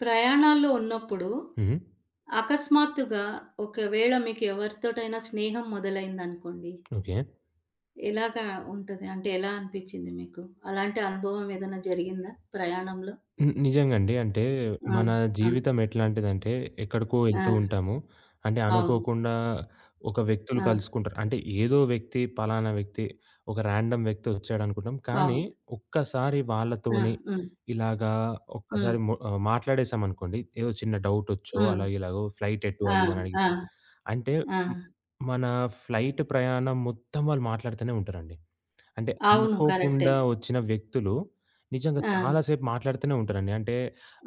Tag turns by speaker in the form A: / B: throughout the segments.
A: ప్రయాణాల్లో ఉన్నప్పుడు
B: హుహు.
A: అకస్మాత్తుగా ఒకవేళ మీకు ఎవరితోటైనా స్నేహం మొదలైందనుకోండి.
B: ఓకే.
A: ఎలాగా ఉంటది? అంటే ఎలా అనిపిచ్చింది మీకు? అలాంటి అనుభవం ఏదైనా జరిగిందా ప్రయాణంలో?
B: హ్మ్. నిజంగండి.
A: ఆ!
B: మన
A: ఆ!
B: జీవితం ఎట్లాంటిదంటే ఎక్కడికో
A: ఆ!
B: ఎళ్తూ ఉంటాము.
A: అవును.
B: అనుకోకుండా ఒక వ్యక్తులు
A: ఆ!
B: కలుసుకుంటారు. ఏదో వ్యక్తి పలానా వ్యక్తి ఒక ర్యాండమ్ వ్యక్తి వచ్చాడనుకుంటాం. కానీ
A: అవును.
B: ఒక్కసారి
A: ఆ!
B: వాళ్ళతోని
A: హ్మ్.
B: ఇలాగా
A: హ్మ్.
B: ఒక్కసారి మాట్లాడేసామనుకోండి. ఏదో చిన్న డౌటొచ్చో
A: హ్మ్.
B: అలాగో ఇలాగో ఫ్లైట్ ఎటు
A: ఆ!
B: అది ఇది అని అడిగితే
A: ఆ!
B: అంటే
A: ఆ!
B: హ్మ్. మన ఫ్లైట్ ప్రయాణం మొత్తం వాళ్ళు మాట్లాడుతూనే ఉంటారండి. అంటే
A: అవును. కరెక్టే.
B: అనుకోకుండా వచ్చిన వ్యక్తులు నిజంగా
A: ఆ!
B: చాలా సేపు మాట్లాడుతూనే ఉంటారండి. అంటే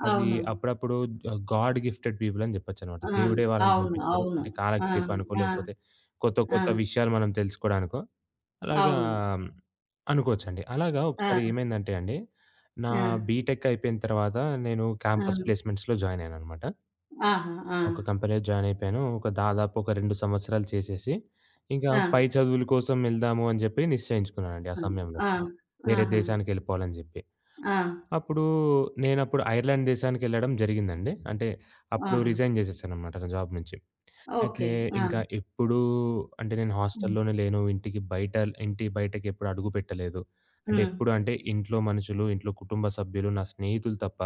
B: అది
A: అవును.
B: అప్పుడప్పుడు గాడ్ గిఫ్టెడ్ పీపుల్ అని చెప్పొచ్చనమాట.
A: ఆ!
B: దేవుడే వాళ్ళని
A: అవును.
B: పంపించారు.
A: అవును.
B: అంటే
A: ఆ!
B: కాలక్షేపానికో
A: ఆ!
B: లేకపోతే కొత్త
A: ఆ!
B: కొత్త విషయాలు మనం తెలుసుకోవడానికో అలాగా
A: అవును.
B: అనుకోవచ్చండి. అలాగా
A: ఆ!
B: ఒకసారి ఏమైందంటే అండి, నా
A: ఆ!
B: బీటెక్ అయిపోయిన తర్వాత నేను
A: ఆ!
B: క్యాంపస్ ప్లేస్‌మెంట్స్‌లో జాయిన్ అయ్యాననమాట.
A: ఆహా! ఆ!
B: ఒక కంపెనీలో జాయిన్ అయిపోయాను. దాదాపు ఒక 2 సంవత్సరాలు చేసేసి, ఇంకా
A: ఆ!
B: పై చదువుల కోసం వెళ్దాము అని చెప్పి నిశ్చయించుకున్నానండి ఆ
A: హ్మ్.
B: సమయంలో.
A: ఆ!
B: వేరే
A: ఆహా!
B: దేశానికెళ్ళిపోవాలని జెప్పి.
A: ఆ!
B: అప్పుడు నేనప్పుడు ఐర్లాండ్ దేశానికెళ్ళడం జరిగిందండి. అంటే అప్పుడు
A: ఆహా!
B: రిజైన్ జేసేసాననమాట నా జాబ్ నుంచి. అయితే
A: ఓకే. ఆ!
B: ఇంకా ఎప్పుడూ అంటే నేను
A: హ్మ్.
B: హాస్టల్‌లోనే లేను. ఇంటి బయటకెప్పుడు అడుగు పెట్టలేదు. అంటే
A: హ్మ్.
B: ఎప్పుడు అంటే ఇంట్లో మనుషులు, ఇంట్లో కుటుంబ సభ్యులు, నా స్నేహితులు తప్ప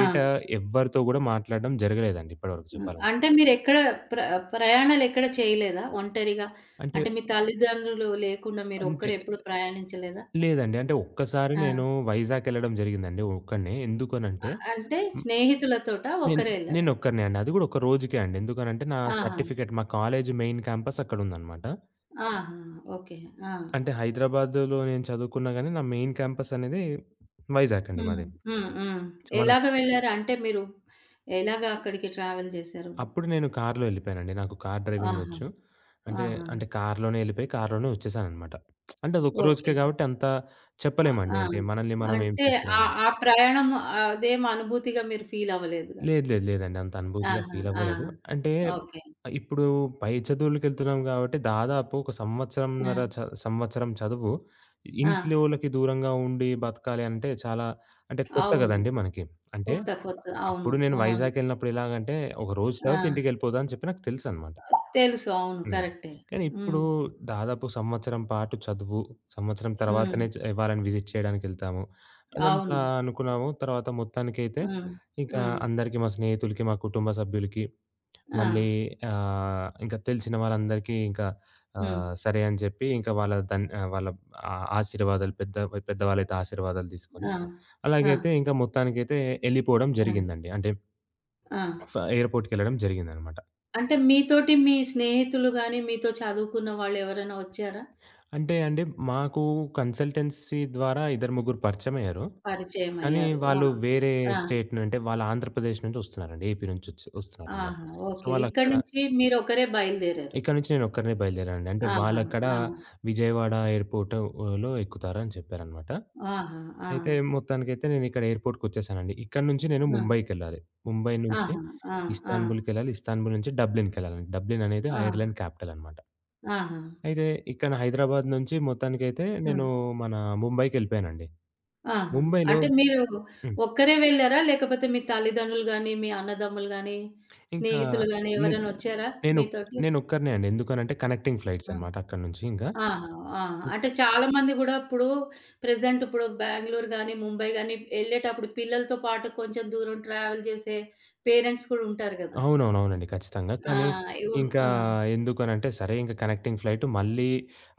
A: ఆ!
B: ఎవ్వరితో గూడా మాట్లాడడం జరగలేదండి ఇప్పటివరకు
A: హ్మ్.
B: చెప్పాలంటే.
A: అంటే మీరెక్కడ ప్ర ప్రయాణాలెక్కడ చేయలేదా ఒంటరిగా?
B: అంటే
A: అంటే మీ తల్లిదండ్రులు లేకుండా
B: అంటే
A: మీరొక్కరు ఎప్పుడు ప్రయాణించలేదా?
B: లేదండి. అంటే ఒక్కసారి
A: ఆ!
B: నేను వైజాగ్ ఎళ్ళడం జరిగిందండి ఒక్కడినే. ఎందుకనంటే
A: అంటే స్నేహితులతోటా?
B: నేను
A: ఒక్కరే ఎళ్లారా?
B: నేనొక్కడినే అండి. అది గూడా ఒక రోజుకే అండి. ఎందుకనంటే నా
A: ఆహా!
B: సర్టిఫికేట్ మా కాలేజ్ మెయిన్ క్యాంపస్ అక్కడుందనమాట.
A: ఆహా! ఓకే. ఆ!
B: అంటే హైదరాబాద్‌లో నేను చదువుకున్నా గానీ నా మెయిన్ క్యాంపస్ అనేది వైజాగ్ అండి
A: హ్మ్.
B: మాది.
A: హ్మ్. హ్మ్.
B: సో,
A: ఎలాగ
B: మనకు
A: వెళ్లారు? అంటే మీరు ఎలాగ అక్కడికి ట్రావెల్ చేశారు?
B: అప్పుడు నేను కార్‌లో ఎళ్ళిపోయానండి. నాకు కార్
A: ఆహా!
B: డ్రైవింగొచ్చు. అంటే,
A: ఆహా!
B: అంటే కార్‌లోనే ఎళ్ళిపోయి కార్‌లోనే ఒచ్చేసాననమాట. అంటే అదొక్క
A: ఓకే.
B: రోజుకే గాబట్టి అంత
A: ఆ!
B: చెప్పలేమండి.
A: ఆ!
B: అంటే మనల్ని మనం ఏం
A: అంటే
B: చూసుకురాలేం.
A: ఆ ప్రయాణం అదేం అనుభూతిగా మీరు ఫీల్ అవ్వలేదు గదా!
B: లేదు. లేదు. లేదండి. అంత అనుభూతిగా
A: ఆహా!
B: ఫీల్ అవ్వలేదు.
A: ఆహా!
B: అంటే
A: ఓకే.
B: ఇప్పుడు పై చదువులకెళ్తున్నాం గాబట్టి దాదాపు ఒక
A: ఆ!
B: సంవత్సరం చదువు
A: ఆ!
B: ఇంట్లోలకి దూరంగా ఉండి బతకాలి అంటే చాలా అంటే కొత్త
A: అవును.
B: గదండీ మనకి. అంటే
A: కొత్త, కొత్త అవును.
B: అప్పుడు నేను
A: ఆ!
B: వైజాగ్ ఎళ్ళినప్పుడు ఎలాగంటే ఒక రోజు
A: ఆ!
B: చదివితే ఇంటికెళ్ళిపోతా అని చెప్పి నాకు తెలుసనమాట.
A: తెలుసు. అవును.
B: హ్మ్.
A: కరెక్టే.
B: కానీ ఇప్పుడు
A: హ్మ్.
B: దాదాపు సంవత్సరం పాటు చదువు, సంవత్సరం
A: హ్మ్.
B: తర్వాతనే చ వాళ్ళని విజిట్ చేయడానికెళ్తాము. అదంతా
A: అవును.
B: అనుకున్నాము. తర్వాత మొత్తానికైతే
A: హ్మ్.
B: ఇంకా
A: హ్మ్.
B: అందరికీ మా స్నేహితులకి, మా కుటుంబ సభ్యులకి
A: ఆ!
B: మళ్ళీ ఇంకా తెలిసిన వాళ్ళందరికీ ఇంకా
A: హ్మ్.
B: సరే అని చెప్పి ఇంకా వాళ్ళ ఆ ఆశీర్వాదాలు పెద్దవాళ్ళైతే ఆశీర్వాదాలు తీసుకొని,
A: ఆ! ఆ!
B: అలాగైతే ఇంకా మొత్తానికైతే ఎళ్ళిపోవడం
A: ఆ!
B: జరిగిందండి. అంటే
A: ఆ!
B: ఎయిర్‌పోర్ట్‌కెళ్ళడం జరిగిందనమాట.
A: అంటే మీతోటి మీ స్నేహితులు గాని, మీతో చదువుకున్న వాళ్ళు ఎవరైనా వచ్చారా?
B: అంటే అండి, మాకు కన్సల్టెన్సీ ద్వారా ఇద్దరు, ముగ్గురు పరిచయమయ్యారు.
A: పరిచయం
B: కానీ
A: అయ్యారు. ఆ!
B: వాళ్ళు వేరే
A: ఆ!
B: స్టేట్ ను అంటే వాళ్ళు ఆంధ్రప్రదేశ్ నుంచి వస్తున్నారండి. ఏపీ నుంచి వస్తున్నారనమాట.
A: ఆహా!
B: So,
A: okay. ఇక్కడి నుంచి మీరు ఒకరే బయలుదేరారు.
B: ఇక్కడ నుంచి నేను ఒక్కడినే బయలుదేరానండి. అంటే
A: ఆహా!
B: వాళ్ళక్కడ
A: ఆ!
B: విజయవాడ ఎయిర్‌పోర్ట్ లో ఎక్కుతారని చెప్పారనమాట.
A: ఆహా! ఆ!
B: అయితే మొత్తానికైతే నేను ఇక్కడ ఎయిర్‌పోర్ట్‌కొచ్చేసానండి. ఇక్కడి నుంచి నేను
A: ఆ!
B: ముంబైకెళ్ళాలి. ముంబై నుంచి
A: ఆహా! ఆ! ఆ!
B: ఇస్తాన్బుల్‌కెళ్ళాలి. ఇస్తాన్బుల్ నుంచి డబ్లిన్‌కెళ్ళాలండి. డబ్లిన్ అనేది
A: ఆ!
B: ఐర్లాండ్ క్యాపిటల్ అనమాట.
A: ఆహా!
B: అయితే ఇక్కడ హైదరాబాద్ నుంచి మొత్తానికైతే
A: హ్మ్.
B: నేను మన ముంబైకెళ్ళిపోయానండి.
A: ఆహా!
B: ముంబైలో
A: అంటే మీరు
B: హ్మ్.
A: ఒక్కరే వెళ్లారా? లేకపోతే మీ తల్లిదండ్రులు గాని, మీ అన్నదమ్ములు గాని,
B: ఇంకా
A: స్నేహితులు గాని
B: నే
A: ఎవరైనా వచ్చారా
B: నేను
A: మీతోటి?
B: నేనొక్కడినే అండి. ఎందుకనంటే కనెక్టింగ్ ఫ్లైట్స్
A: ఆ!
B: అనమాట అక్కడి నుంచి ఇంకా.
A: ఆహా! ఆ! అంటే చాలా మంది గూడా ఇప్పుడు ప్రెజెంట్ ఇప్పుడు బెంగుళూరు గాని, ముంబై గాని ఎళ్ళేటప్పుడు పిల్లలతో పాటు కొంచెం దూరం ట్రావెల్ చేసే పేరెంట్స్ కూడా ఉంటారు గదా!
B: అవునవునవునండి. ఖచ్చితంగా.
A: ఆ!
B: కానీ ఇంకా
A: ఆ!
B: ఎందుకనంటే సరే ఇంక కనెక్టింగ్ ఫ్లైట్ మళ్ళీ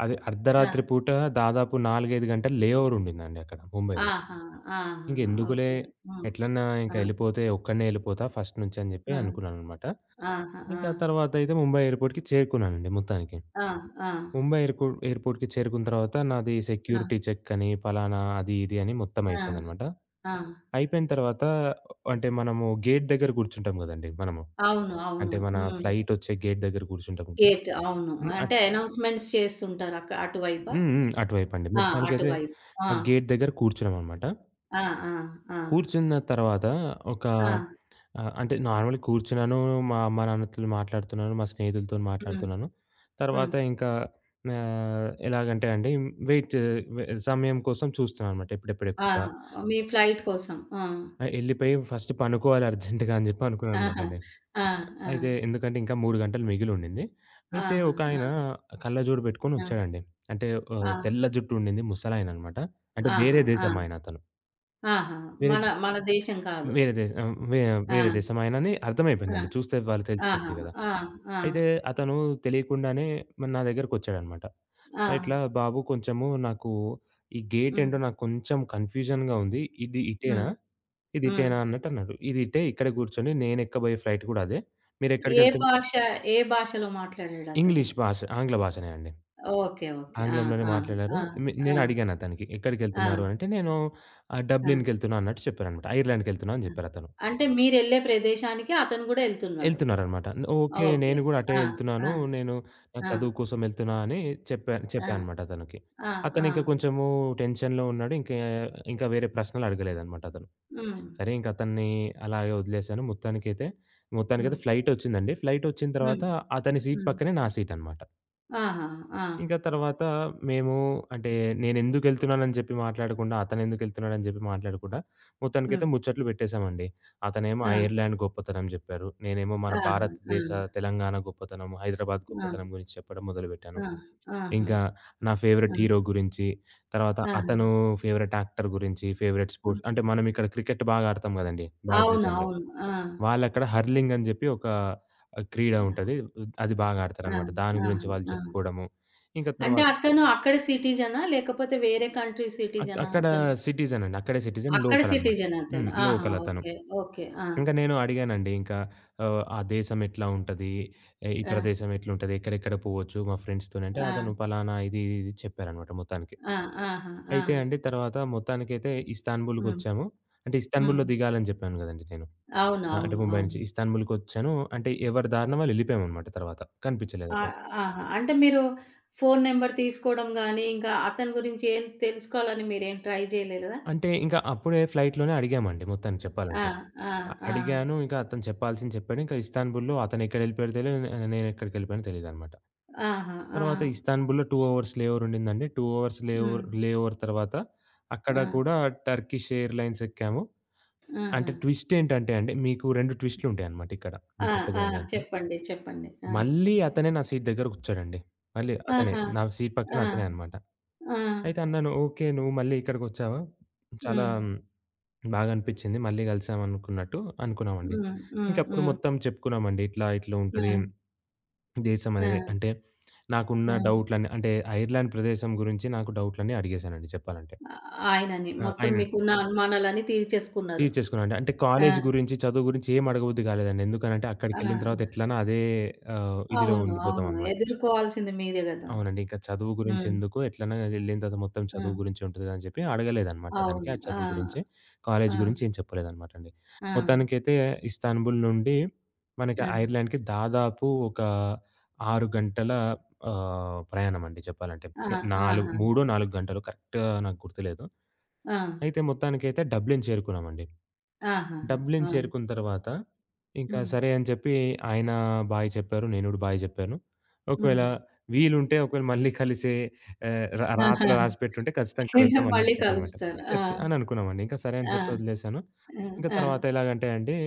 B: అది
A: ఆ!
B: అర్ధరాత్రి పూట దాదాపు 4, 5 గంటలు లే ఓవర్ ఉండిందండి అక్కడ ముంబైలో.
A: ఆహా! ఆహా!
B: ఇంకెందుకులే
A: ఓకే. హ్మ్.
B: ఎట్లన్నా ఇంక
A: ఆ!
B: ఎళ్ళిపోతే ఒక్కడినే ఎళ్ళిపోతా ఫస్ట్ నుంచి అని జెప్పి
A: ఆ!
B: అనుకున్నాననమాట.
A: ఆహా! ఆ!
B: ఇంకా తర్వాత అయితే ముంబై ఎయిర్‌పోర్ట్‌కి చేరుకున్నానండి మొత్తానికి.
A: ఆ! ఆ!
B: ముంబై ఎయిర్‌పోర్ట్‌కి చేరుకున్న తర్వాత నాది
A: ఆ!
B: సెక్యూరిటీ చెక్ అని, పలానా అది, ఇది అని మొత్తం
A: ఆ!
B: అయిపోయిందనమాట.
A: ఆ!
B: అయిపోయిన తర్వాత అంటే మనము గేట్ దగ్గర కూర్చుంటాం గదండీ మనము.
A: అవును. అవును.
B: అంటే మన
A: హ్మ్.
B: ఫ్లైటొచ్చే గేట్ దగ్గర కూర్చుంటాం కదా!
A: గేట్ అవును.
B: హ్మ్. అట్
A: అంటే అనౌన్స్‌మెంట్స్ చేస్తుంటారు అటువైపా?
B: హ్మ్. హ్మ్. అటువైపండి.
A: ఆ!
B: మొత్తానికైతే
A: అటువైపు. ఆ!
B: ఆ గేట్ దగ్గర కూర్చున్నామనమాట.
A: ఆ! ఆ! ఆ!
B: కూర్చున్న తర్వాత ఒక
A: ఆ!
B: అంటే నార్మల్‌గా కూర్చున్నాను. మా అమ్మ, నాన్నతో మాట్లాడుతున్నాను. మా స్నేహితులతోని
A: హ్మ్.
B: మాట్లాడుతున్నాను. తర్వాత
A: హ్మ్.
B: ఇంకా ఎలాగంటే అండి వెయిట్ వె సమయం కోసం చూస్తున్నాననమాట. ఎప్పుడెప్పుడు
A: ఆ!
B: ఎక్కువ
A: మీ ఫ్లైట్ కోసం. ఆ!
B: ఆహ్, ఎళ్ళిపోయి ఫస్ట్ పనుకోవాలి అర్జెంట్‌గా అని చెప్పి అనుకున్నాననమాట
A: ఆహా!
B: అండి.
A: ఆ! ఆ!
B: అయితే ఎందుకంటే ఇంకా 3 గంటలు మిగిలుండింది. అయితే
A: ఆహా! ఆ!
B: ఒకాయన కళ్ళజోడు పెట్టుకొని
A: ఆ!
B: వచ్చాడండి. అంటే తెల్ల
A: ఆ!
B: జుట్టు ఉండింది. ముసలాయన అనమాట.
A: ఆహా!
B: వేరే
A: ఆ!
B: దేశం అతను.
A: ఆహా!
B: వేరే
A: మన మన దేశం కాదు.
B: వేరే దేశం ఆహ్, వే
A: ఆ!
B: వేరే దేశమాయనని
A: ఆ!
B: అర్థమైపోయిందండి. చూస్తే వాళ్ళు
A: ఆహా!
B: తెలిసిపోతది గదా!
A: ఆ! ఆ!
B: అయితే అతను తెలియకుండానే మరి నా దగ్గరకొచ్చాడనమాట.
A: ఆ!
B: ఇట్లా "బాబు కొంచెము నాకు ఈ గేట్
A: హ్మ్.
B: ఏంటో నాకు కొంచెం కన్‌ఫ్యూజన్‌గా ఉంది.
A: హ్మ్.
B: ఇది
A: హ్మ్.
B: ఇటేనా?" అన్నట్టన్నాడు. "ఇది ఇటే ఇక్కడే కూర్చొని నేనెక్కబోయే ఫ్లైట్ గూడా అదే.
A: ఏ
B: మీరెక్కడికెళ్తున్"
A: భాష ఏ భాషలో మాట్లాడాడతను?
B: ఇంగ్లీష్ భాష ఆంగ్ల భాషనే అండి.
A: ఓకే. ఓకే. ఆ!
B: ఆంగ్లంలోనే
A: ఆ!
B: మాట్లాడారు.
A: ఆ! ఆ!
B: నేనడిగానతనికి
A: ఆ!
B: "ఎక్కడికెళ్తున్నారు" అంటే, "నేను
A: ఆ!
B: డబ్లిన్‌కెళ్తున్నా" అన్నట్టు చెప్పాననమాట. ఐర్లాండ్‌కెళ్తున్నా అని
A: ఆ!
B: జెప్పారతను.
A: అంటే మీరెళ్ళే ప్రదేశానికి అతను గూడా ఎళ్తున్నాడు.
B: ఎళ్తున్నారనమాట. ఓకే.
A: ఓకే.
B: నేను గూడా అటే
A: ఆ!
B: ఎళ్తున్నాను.
A: ఆ!
B: నేను నా
A: ఆ!
B: చదువు కోసం ఎళ్తున్నా అని
A: ఆ!
B: చెప్పాననమాట అతనికి.
A: ఆ! ఆ!
B: అతనింక కొంచెము టెన్షన్‌లో ఉన్నాడు. ఇంకా వేరే ప్రశ్నలు అడగలేదనమాట అతను.
A: హ్మ్.
B: సరే ఇంక అతన్ని అలాగే వదిలేసాను. మొత్తానికైతే
A: హ్మ్.
B: మొత్తానికైతే ఫ్లైటొచ్చిందండి. ఫ్లైటొచ్చిన తర్వాత
A: హ్మ్.
B: అతని సీట్
A: హ్మ్.
B: పక్కనే నా సీటనమాట.
A: ఆహా! ఆ!
B: ఇంకా తర్వాత మేము అంటే నేనెందుకెళ్తున్నానని చెప్పి మాట్లాడకుండా, అతనెందుకెళ్తున్నాడని చెప్పి మాట్లాడకుండా, మొత్తానికైతే
A: హ్మ్.
B: ముచ్చట్లు పెట్టేసామండి. అతనేమో
A: ఆ!
B: ఐర్లాండ్ గొప్పతనం జెప్పారు. నేనేమో మన
A: ఆహా! ఆ!
B: భారతదేశ, తెలంగాణ గొప్పతనం, హైదరాబాద్
A: ఆ!
B: గొప్పతనం గురించి చెప్పడం మొదలుపెట్టాను.
A: ఆ! ఆహా! ఆ! ఆహా!
B: ఇంకా నా ఫేవరెట్ హీరో గురించి, తర్వాత అతను ఫేవరెట్ యాక్టర్ గురించి, ఫేవరెట్
A: హ్మ్.
B: స్పోర్ట్స్ అంటే మనమిక్కడ క్రికెట్ బాగా ఆడతాం గదండీ
A: అవును.
B: భారతదేశంలో.
A: అవును. ఆ!
B: వాళ్ళక్కడ హర్లింగ్ అని జెప్పి ఒక క్రీడ ఉంటది. అది బాగా
A: ఆ!
B: ఆడతారనమాట. దాని
A: ఆ!
B: గురించి వాళ్ళు
A: ఆ! ఆ!
B: చెప్పుకోవడము. ఇంకా
A: అంటే
B: తర్వాత
A: అతను అక్కడ సిటిజనా? లేకపోతే వేరే కంట్రీ సిటిజనా
B: అక్కడ
A: అతను?
B: సిటిజన్ అండి. అక్కడే సిటిజన్
A: అక్కడ
B: లోకల్ అనమాట.
A: సిటిజన్
B: హ్మ్.
A: అతను. ఆహా!
B: లోకల్ అతను.
A: ఓకే. ఓకే. ఆ!
B: ఇంక నేను అడిగానండి ఇంకా "ఆ దేశం ఎట్లా ఉంటది? ఈ
A: ఆ!
B: ప్రదేశం ఎట్లుంటది? ఎక్కడెక్కడ పోవచ్చు మా ఫ్రెండ్స్‌తోని" అంటే
A: ఆ!
B: అతను పలానా ఇది, ఇది చెప్పారనమాట మొత్తానికి.
A: ఆ! ఆహా! ఆ!
B: అయితే అండి తర్వాత మొత్తానికైతే
A: హ్మ్.
B: ఇస్తాన్బుల్‌కొచ్చాము. అంటే
A: హ్మ్.
B: ఇస్తాన్బుల్‌లో దిగాలని జెప్పాను గదండీ నేను.
A: అవును.
B: ఆ! అంటే
A: అవును.
B: ముంబై
A: అవును.
B: నుంచి ఇస్తాన్బుల్‌కొచ్చాను. అంటే ఎవరి దారిన వాళ్ళు ఎళ్ళిపోయామనమాట తర్వాత.
A: ఆ!
B: కనిపించలేదతను.
A: ఆహా! అంటే మీరు ఫోను నంబర్ తీసుకోవడం గాని, ఇంకా అతని గురించి ఏం తెలుసుకోవాలని మీరేం ట్రై చేయలేదా?
B: అంటే ఇంకా అప్పుడే ఫ్లైట్‌లోనే అడిగామండి మొత్తానికి
A: ఆ!
B: చెప్పాలంటే.
A: ఆ! ఆ!
B: అడిగాను. ఇంకా అతను చెప్పాల్సింది చెప్పాడు. ఇంకా ఇస్తాన్బుల్‌లో అతనెక్కడెళ్ళిపోయాడో తెలియదు. నేనెక్కడికెళ్ళిపోయానో తెలీదనమాట.
A: ఆహా! ఆ!
B: తర్వాత ఇస్తాన్బుల్‌లో 2 అవర్స్ లే ఓవర్ ఉండిందండి. 2 అవర్స్
A: హ్మ్.
B: లే ఓవర్ తర్వాత అక్కడ
A: ఆ!
B: కూడా టర్కిష్ ఎయిర్‌లైన్స్ ఎక్కాము.
A: ఆహా!
B: అంటే ట్విస్ట్ ఏంటంటే అండి, మీకు 2 ట్విస్ట్‌లు ఉంటాయనమాట ఇక్కడ.
A: ఆ!
B: నేను
A: ఆ!
B: చెప్పగలిగిన దాంట్లో.
A: చెప్పండి. చెప్పండి. ఆ!
B: మళ్ళీ అతనే నా సీట్ దగ్గర కూర్చోడండి. మళ్ళీ అతనే.
A: ఆహా!
B: నా సీట్ పక్కన
A: ఆ!
B: అతనే అనమాట.
A: ఆ!
B: అయితే అన్నాను, "ఓకే. నువ్వు మళ్ళీ ఇక్కడికొచ్చావా? చాలా"
A: హ్మ్.
B: బాగా అనిపిచ్చింది. మళ్ళీ కలిసామనుకున్నట్టు అనుకున్నామండి.
A: హ్మ్. హ్మ్.
B: ఇంకప్పుడు
A: హ్మ్.
B: మొత్తం చెప్పుకున్నామండి. ఇట్లా, ఇట్లా ఉంటది
A: ఆ!
B: దేశం అనేది.
A: ఆ!
B: అంటే నాకున్న
A: ఆ!
B: డౌట్‌లన్నీ అంటే ఐర్లాండ్ ప్రదేశం గురించి నాకు డౌట్‌లన్నీ అడిగేశానండి చెప్పాలంటే.
A: ఆయనని
B: ఆ!
A: మొత్తం
B: ఆయన
A: మీకున్న అనుమానాలన్నీ తీర్చేసుకున్నారు.
B: తీర్చేసుకున్నానండి. అంటే
A: ఆ!
B: కాలేజ్ గురించి, చదువు గురించి ఏమి అడగబుద్ధి కాలేదండి. ఎందుకనంటే అక్కడికెళ్ళిన తర్వాత
A: ఆ!
B: ఎట్లనో అదే ఇదిలో
A: అవును. అవును.
B: ఉండిపోతామనమాట.
A: ఎదుర్కోవాల్సింది మీరే గదా!
B: అవునండి. ఇంకా చదువు
A: హ్మ్.
B: గురించెందుకు ఎట్లైనా ఎళ్ళిన తర్వాత మొత్తం
A: ఆ!
B: చదువు గురించే ఉంటది అని చెప్పి అడగలేదనమాట దానికి.
A: అవును.
B: ఆ
A: ఆ!
B: చదువు గురించి, కాలేజీ
A: ఆ!
B: గురించి ఏం చెప్పలేదనమాట అండి.
A: ఆ!
B: మొత్తానికైతే ఇస్తాన్బుల్ నుండి మనకి
A: ఆ!
B: ఐర్లాండ్‌కి దాదాపు ఒక 6 గంటల ప్రయాణమండి చెప్పాలంటే.
A: ఆ!
B: 4,
A: ఆహా!
B: 3, 4 గంటలు కరెక్ట్‌గా నాకు గుర్తులేదు.
A: ఆ!
B: అయితే మొత్తానికైతే డబ్లిన్ చేరుకున్నామండి.
A: ఆహాహా!
B: డబ్లిన్
A: ఆ!
B: చేరుకున్న తర్వాత, ఇంకా
A: హ్మ్.
B: సరే అని చెప్పి ఆయన బాయ్ చెప్పారు. నేను గూడా బాయ్ జెప్పాను. ఒకవేళ
A: హ్మ్.
B: వీలుంటే ఒకవేళ మళ్ళీ కలిసే ఆహ్, ర రాతలో
A: ఆహాహా!
B: రాసిపెట్టుంటే ఖచ్చితంగా కలుద్దాం అన్నట్టు
A: మళ్ళీ
B: చెప్పాననమాట.
A: కలుస్తారు. ఆ!
B: ఖచ్చి అని అనుకున్నామండి. ఇంకా సరే అని చెప్పి
A: ఆ!
B: వదిలేసాను.
A: ఆ!
B: ఇంకా
A: ఆ!
B: తర్వాత ఎలాగంటే అండి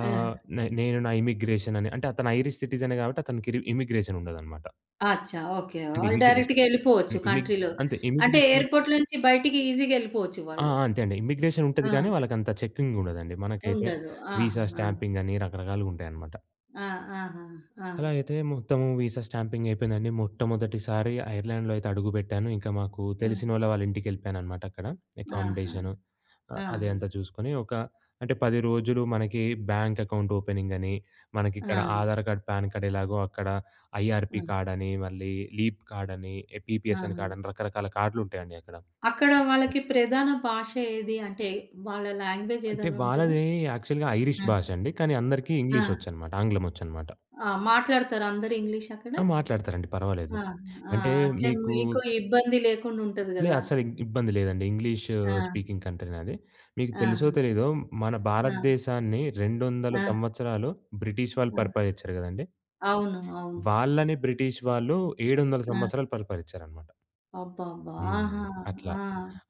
A: ఆ!
B: నే నేను నా ఇమిగ్రేషన్ అని అంటే అతను ఐరిష్ సిటిజనే గాబట్టి అతనికి ఇమిగ్రేషన్ ఉండదనమాట.
A: అచ్చా! ఓకే.
B: అంటే
A: వాళ్ళు
B: ఇమిగ్రేషన్
A: డైరెక్ట్‌గా ఎళ్ళిపోవచ్చు
B: ఇమిగ్
A: కంట్రీలో.
B: అంతే
A: అంటే
B: ఇమిగ్రేషన్
A: ఎయిర్‌పోర్ట్ నుంచి బయటికి ఈజీగా ఎళ్ళిపోవచ్చు
B: ఆ!
A: వాళ్ళు.
B: అంతే అండి. ఇమ్మిగ్రేషన్ ఉంటది
A: ఆ!
B: కానీ వాళ్ళకంత చెకింగ్ ఉండదండి. మనకైతే
A: ఉండదు.
B: వీసా
A: ఆహాహా!
B: స్టాంపింగ్ అని రకరకాలుగుంటాయనమాట.
A: ఆ! ఆ! ఆహా! ఆ!
B: అలా అయితే మొత్తము వీసా స్టాంపింగ్ అయిపోయిందండి. మొట్టమొదటిసారి ఐర్లాండ్‌లో అయితే అడుగుపెట్టాను. ఇంకా మాకు
A: ఆ!
B: తెలిసినోళ్ళ వాళ్ళ ఇంటికెళ్ళిపోయాననమాట అక్కడ.
A: ఆహా!
B: అకామిడేషను
A: ఆహా!
B: అది అంతా చూసుకొని అంటే 10 రోజులు మనకి బ్యాంక్ అకౌంట్ ఓపెనింగ్ అని, మనకిక్కడ
A: ఆ!
B: ఆధార్ కార్డ్, పాన్ కార్డ్ ఎలాగో అక్కడ
A: ఆ!
B: ఐఆర్‌పీ కార్డ్ అని, మళ్ళీ లీప్ కార్డ్ అని,
A: ఆ!
B: పీపీఎస్ఎన్ కార్డ్ అని రకరకాల కార్డ్‌లుంటాయండి అక్కడ.
A: అక్కడ వాళ్ళకి ప్రధాన భాష ఏది? అంటే వాళ్ళ లాంగ్వేజ్
B: అంటే
A: ఏదైనా ఉంటదా?
B: వాళ్ళది యాక్చువల్‌గా ఐరిష్
A: ఆ!
B: భాష అండి. కానీ అందరికీ ఇంగ్లీష్
A: ఆ!
B: ఒచ్చనమాట. ఆంగ్లం ఒచ్చనమాట.
A: ఆ! మాట్లాడతారా అందరూ ఇంగ్లీష్ అక్కడ?
B: ఆ! మాట్లాడతారండి పర్వాలేదు.
A: ఆ! ఆ!
B: అంటే
A: అట్లా
B: మీకు
A: మీకు ఇబ్బంది లేకుండా ఉంటది
B: లే
A: గదా!
B: అస్సలు ఇబ్బంది లేదండి. ఇంగ్లీష్
A: ఆ!
B: స్పీకింగ్ కంట్రీనే అది. మీకు తెలుసో
A: ఆహా!
B: తెలీదో మన
A: ఆ!
B: భారతదేశాన్ని 200
A: ఆ!
B: సంవత్సరాలు బ్రిటిష్ వాళ్ళు
A: ఆ!
B: పరిపాలించారు గదండీ!
A: అవును. అవును.
B: వాళ్ళని బ్రిటిష్ వాళ్ళు 700
A: ఆ!
B: సంవత్సరాలు పరిపాలించారనమాట.
A: అబ్బబ్బా!
B: హ్మ్.
A: ఆహా!
B: అట్లా.
A: ఆ!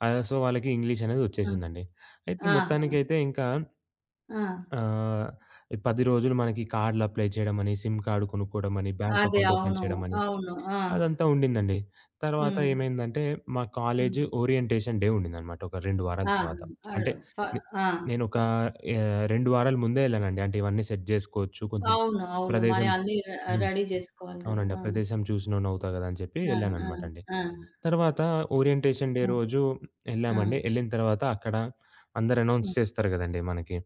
B: సో, వాళ్ళకి ఇంగ్లీష్ అనేది
A: ఆ!
B: ఒచ్చేసిందండి. అయితే
A: ఆహా!
B: మొత్తానికైతే ఇంకా
A: ఆ!
B: ఆహ్, 10 రోజులు మనకి కార్డ్‌లు అప్లై చేయడమని, సిమ్ కార్డ్ కొనుక్కోవడమని, బ్యాంక్
A: అదే.
B: అకౌంట్ ఓపెన్
A: అవును.
B: చేయడమని
A: అవును. ఆ!
B: అదంతా ఉండిందండి. తర్వాత
A: హ్మ్.
B: ఏమైందంటే మా
A: హ్మ్.
B: కాలేజ్ ఓరియంటేషన్ డే ఉండిందనమాట ఒక 2 వారాల
A: ఆ!
B: తర్వాత.
A: ఆడ
B: అంటే
A: ఫ
B: నే
A: ఆ!
B: నేనొక 2 వారాల ముందే ఎళ్ళానండి. అంటే ఇవన్నీ సెట్ జేసుకోవచ్చు కొంచెం
A: అవును. అవును. మరి
B: ప్రదేశం
A: అన్నీ
B: హ్మ్.
A: రెడీ జేసుకోవాలి గదా!
B: అవునండి. ఆ
A: ఆ!
B: ప్రదేశం చూసినోడినవుతా గదా! అని చెప్పి
A: ఆ! ఆ!
B: ఎళ్ళాననమాట అండి.
A: ఆ!
B: తర్వాత ఓరియంటేషన్ డే
A: ఆ!
B: రోజు
A: ఆ!
B: ఎళ్ళామండి. ఎళ్ళిన తర్వాత అక్కడ అందరూ అనౌన్స్
A: హ్మ్.
B: చేస్తారు గదండీ మనకి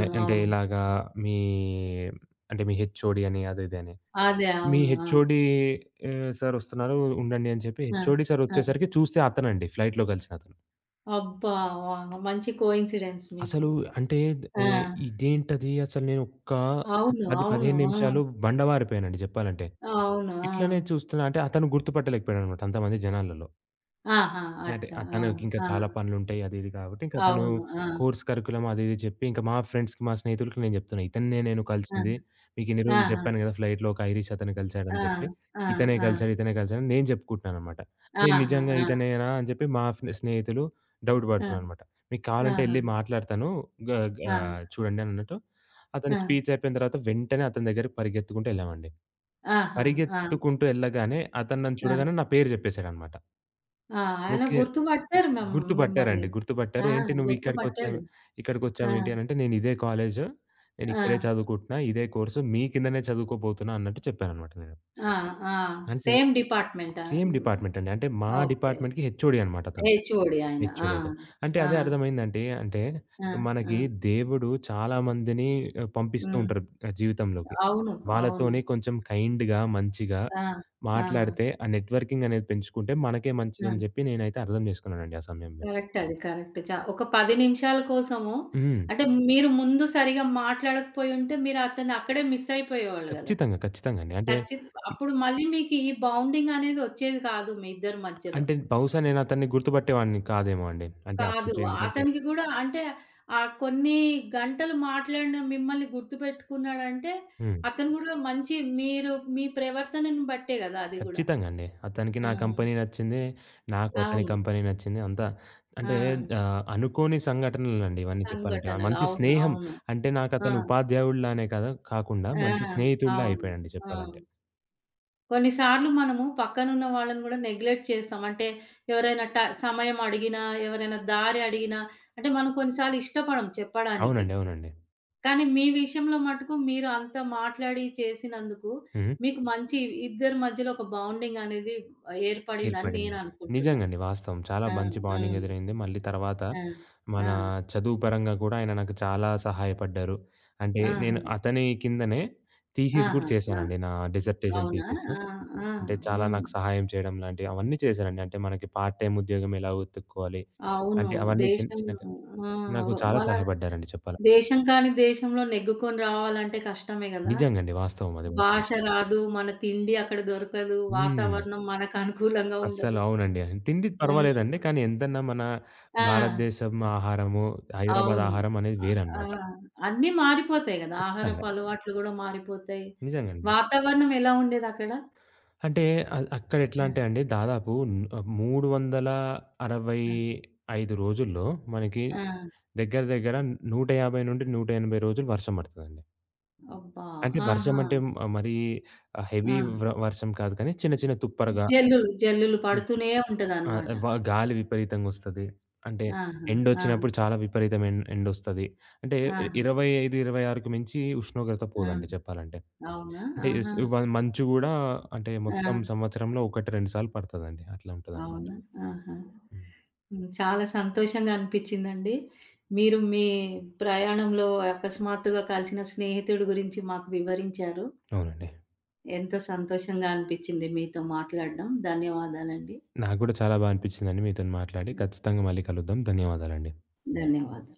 B: అ అంటే
A: అవును.
B: ఇలాగా మీ మీ హెచ్ఓడి అని అది ఇది అని.
A: అదే.
B: మీ
A: అవును. ఆ!
B: హెచ్ఓడి సార్ వస్తున్నారు ఉండండి అని చెప్పి
A: ఆ!
B: హెచ్ఓడి సార్
A: ఆ!
B: వచ్చేసరికి చూస్తే అతనండి ఫ్లైట్‌లో కలిసినతను.
A: అబ్బా! వావ్! మంచి కోయిన్సిడెన్స్ మీకు.
B: అసలు అంటే
A: ఆ!
B: ఎ ఇదేంటది అసలు నేను ఒక్క
A: అవును.
B: 10,
A: అవును.
B: 15
A: ఆ!
B: నిమిషాలు బండబారిపోయానండి చెప్పాలంటే.
A: అవును. ఆ!
B: ఇట్లనే చూస్తున్నా అంటే అతను గుర్తుపట్టలేకపోయాడనమాట అంతమంది జనాలలో.
A: ఆహా!
B: అంటే
A: అచ్చా! ఆ!
B: తనకింకా
A: ఆ!
B: చాలా పనులుంటాయి అది ఇది కాబట్టి, ఇంక తను
A: అవును. ఆ!
B: కోర్స్ కరిక్యులమ్ అది ఇది చెప్పి, ఇంక మా ఫ్రెండ్స్‌కి, మా స్నేహితులకి నేను చెప్తున్నా. ఇతన్నే నేను కలిసింది.
A: ఆ!
B: మీకిన్ని రోజులు
A: ఆహా!
B: చెప్పాను కదా! ఫ్లైట్‌లో ఒక ఐరిష్ అతను
A: ఆ!
B: కలిసాడని చెప్పి.
A: ఆ!
B: ఇతనే
A: ఆ!
B: కలిసాడు, ఇతనే కలిసాడని నేను చెప్పుకుంటున్నాననమాట. నేను
A: ఆహా!
B: నిజంగా
A: ఆ!
B: ఇతనేనా అని చెప్పి మా ఫ్రె స్నేహితులు డౌట్
A: ఆ!
B: పడుతున్నారనమాట. మీకు కావాలంటే
A: ఆహా!
B: ఎళ్లి మాట్లాడతాను. గ గ
A: ఆ!
B: చూడండి అని అన్నట్టు. అతని
A: ఆ!
B: స్పీచ్ అయిపోయిన తర్వాత వెంటనే అతని దగ్గరికి పరిగెత్తుకుంటూ ఎళ్ళామండి.
A: ఆహా! ఆ!
B: పరిగెత్తుకుంటూ ఎళ్ళగానే అతను నన్ను
A: ఆ!
B: చూడగానే నా పేరు చెప్పేసాడనమాట.
A: ఆ! ఆయన
B: ఓకే.
A: గుర్తుపట్టారు మిమ్మల్ని.
B: గుర్తుపట్టారండి. గుర్తుపట్టారు.
A: ఆ!
B: "ఏంటి నువ్వు ఇక్కడికొచ్చావు,
A: గుర్తుపట్టాడు. ఆ!
B: ఇక్కడికొచ్చావేంటి" అనంటే, "నేను ఇదే కాలేజు, నేను
A: ఆ!
B: ఇక్కడే చదువుకుంటున్నా, ఇదే కోర్సు, మీ కిందనే చదువుకోబోతున్నా" అన్నట్టు చెప్పాననమాట నేను.
A: ఆ! ఆ!
B: అంటే
A: సేమ్ డిపార్ట్‌మెంటా?
B: సేమ్
A: హ్మ్.
B: డిపార్ట్‌మెంట్ అండి. అంటే మా
A: ఓకే.
B: డిపార్ట్‌మెంట్‌కి హెచ్ఓడి అనమాట అతను.
A: హెచ్ఓడి ఆయన. ఆ!
B: హెచ్ఓడి అతను. అంటే
A: ఆ!
B: అదే అర్థమైందండి. అంటే
A: ఆ! ఆ!
B: మనకి దేవుడు చాలా మందిని పంపిస్తూ
A: హ్మ్.
B: ఉంటారు జీవితంలోకి.
A: అవును. అవును.
B: వాళ్ళతోని కొంచెం కైండ్‌గా, మంచిగా
A: ఆ! ఆ!
B: మాట్లాడితే ఆ నెట్వర్కింగ్ అనేది పెంచుకుంటే మనకే
A: ఆ!
B: మంచిదని జెప్పి నేనైతే అర్థం జేసుకున్నానండి ఆ సమయంలో.
A: కరెక్ట్ అది. కరెక్ట్. ఒక 10 నిమిషాల కోసము
B: హ్మ్.
A: అంటే మీరు ముందు సరిగ్గా మాట్లాడకపోయుంటే మీరు అతన్ని అక్కడే మిస్ అయిపోయేవాళ్ళు గదా!
B: ఖచ్చితంగా. ఖచ్చితంగాండి.
A: ఖచ్చిత అప్పుడు మళ్ళీ మీకు ఈ బౌండింగ్ అనేది వచ్చేది కాదు మీ ఇద్దరి మధ్యలో.
B: అంటే బహుశా నేనతన్ని గుర్తుపట్టేవాడిని కాదేమో అండి. అంటే అప్పుడు
A: కాదు.
B: చే ఎందుకంటే
A: అతనికి గూడా అంటే కొన్ని గంటలు మాట్లాడిన మిమ్మల్ని గుర్తుపెట్టుకున్నాడంటే,
B: హ్మ్.
A: అతను గూడా మంచి మీరు మీ ప్రవర్తనను బట్టే గదా! అది గూడా.
B: ఖచ్చితంగా అండి. అతనికి
A: ఆ!
B: నా కంపెనీ నచ్చింది. నాకు అతని
A: అవును.
B: కంపెనీ నచ్చింది.
A: ఆ!
B: అంటే అనుకోని సంఘటనలండి ఇవన్నీ చెప్పాలంటే. ఆ
A: సంఘటనలు.
B: మంచి
A: అవును.
B: స్నేహం
A: అవును.
B: అంటే
A: ఆ!
B: నాకతను ఉపాధ్యాయుడిలానే కాదు కాకుండా
A: ఆ!
B: మంచి స్నేహితుడిలా
A: అవును.
B: అయిపోయాడండి
A: ఆ!
B: చెప్పాలంటే.
A: కొన్నిసార్లు మనము పక్కనున్న వాళ్ళని గూడా నెగ్లెక్ట్ చేస్తాం. అంటే ఎవరైనా సమయం అడిగినా, ఎవరైనా దారి అడిగినా అంటే మనం కొన్నిసార్లు ఇష్టపడం చెప్పడానికి.
B: అవునండి. అవునండి.
A: కానీ మీ విషయంలో మటుకు మీరు అంత మాట్లాడి చేసినందుకు,
B: హ్మ్.
A: మీకు మంచి ఇద్దరి మధ్యలో ఒక బౌండింగ్ అనేది ఏర్పడిందని
B: ఏర్పడింది.
A: నేను అనుకుంటున్నా.
B: నిజంగండి. వాస్తవం. చాలా
A: ఆ!
B: మంచి
A: ఆ!
B: బాండింగ్ ఎదురైంది. మళ్ళీ తర్వాత మన
A: ఆ! ఆ!
B: చదువు పరంగా కూడా ఆయన నాకు చాలా సహాయపడ్డారు. అంటే
A: ఆహా!
B: నేను అతని కిందనే థీసిస్ కూడా
A: ఆహా! ఆ!
B: చేశానండి. నా డిసర్టేషన్
A: అవునా?
B: థీసిస్.
A: ఆ! ఆ!
B: అంటే చాలా
A: హ్మ్.
B: నాకు సహాయం చేయడం లాంటివి అవన్నీ చేశానండి. అంటే మనకి పార్ట్ టైమ్ ఉద్యోగం ఎలా వెతుక్కోవాలి?
A: అవును.
B: అంటే అవన్నీ చిన్న
A: దేశం
B: చిన్నగా
A: ఆ!
B: నాకు చాలా
A: మన
B: సహాయపడ్డారండి చెప్పాలంటే.
A: దేశం కాని దేశంలో నెగ్గుకొని రావాలంటే కష్టమే గదా!
B: నిజంగండి. వాస్తవం అది మాత్రం.
A: భాష రాదు, మన తిండి అక్కడ దొరకదు,
B: హ్మ్.
A: వాతావరణం మనకు అనుకూలంగా
B: అస్సలు
A: ఉండదు.
B: అవునండి. తిండి
A: హ్మ్.
B: పర్వాలేదండి. కానీ ఎంతన్నా మన
A: ఆ!
B: భారతదేశం ఆహారము, హైదరాబాద్
A: అవును.
B: ఆహారం అనేది
A: ఆ!
B: వేరనమాట.
A: అన్నీ మారిపోతాయి గదా!
B: ఖచ్చితంగా.
A: ఆహారపు అలవాట్లు గూడా మారిపోతాయి.
B: నిజంగండి.
A: వాతావరణం ఎలా ఉండేదక్కడ?
B: అంటే అద్ అక్కడ ఎట్లా
A: ఆ!
B: అంటే అండి దాదాపు
A: ఆ!
B: 365 రోజుల్లో మనకి
A: ఆ!
B: దగ్గర దగ్గర 150 నుండి 180 రోజులు వర్షం పడతదండి.
A: అబ్బా!
B: అంటే వర్షం
A: ఆహా!
B: అంటే మరీ హెవీ
A: ఆ!
B: వర్షం కాదు కానీ చిన్న చిన్న తుప్పరగా
A: జల్లులు, జల్లులు పడుతూనే
B: ఆ!
A: ఉంటదనమాట.
B: గాలి విపరీతంగొస్తది. అంటే
A: ఆహా! ఆ!
B: ఎండొచ్చినప్పుడు చాలా విపరీతమైన ఎండొస్తది. అంటే
A: ఆహా!
B: 25, 26కి మించి ఉష్ణోగ్రత
A: ఆ!
B: పోదండి చెప్పాలంటే.
A: అవునా?
B: అంటే స్
A: ఆహా!
B: వ మంచు గూడా అంటే మొత్తం
A: ఆ!
B: సంవత్సరంలో 1, 2 సార్లు పడతదండి. అట్లా ఉంటదనమాట.
A: అవునా? ఆహా!
B: హ్మ్.
A: హ్మ్. చాలా సంతోషంగా అనిపిచ్చిందండి. మీరు మీ ప్రయాణంలో అకస్మాత్తుగా కలిసిన స్నేహితుడి గురించి మాకు వివరించారు.
B: అవునండి.
A: ఎంతో సంతోషంగా అనిపిచ్చింది మీతో మాట్లాడడం. ధన్యవాదాలండి.
B: నాకు గూడా చాలా అనిపిచ్చిందండి మీతోని మాట్లాడి. ఖచ్చితంగా మళ్ళీ కలుద్దాం. ధన్యవాదాలండి.
A: ధన్యవాదాలు.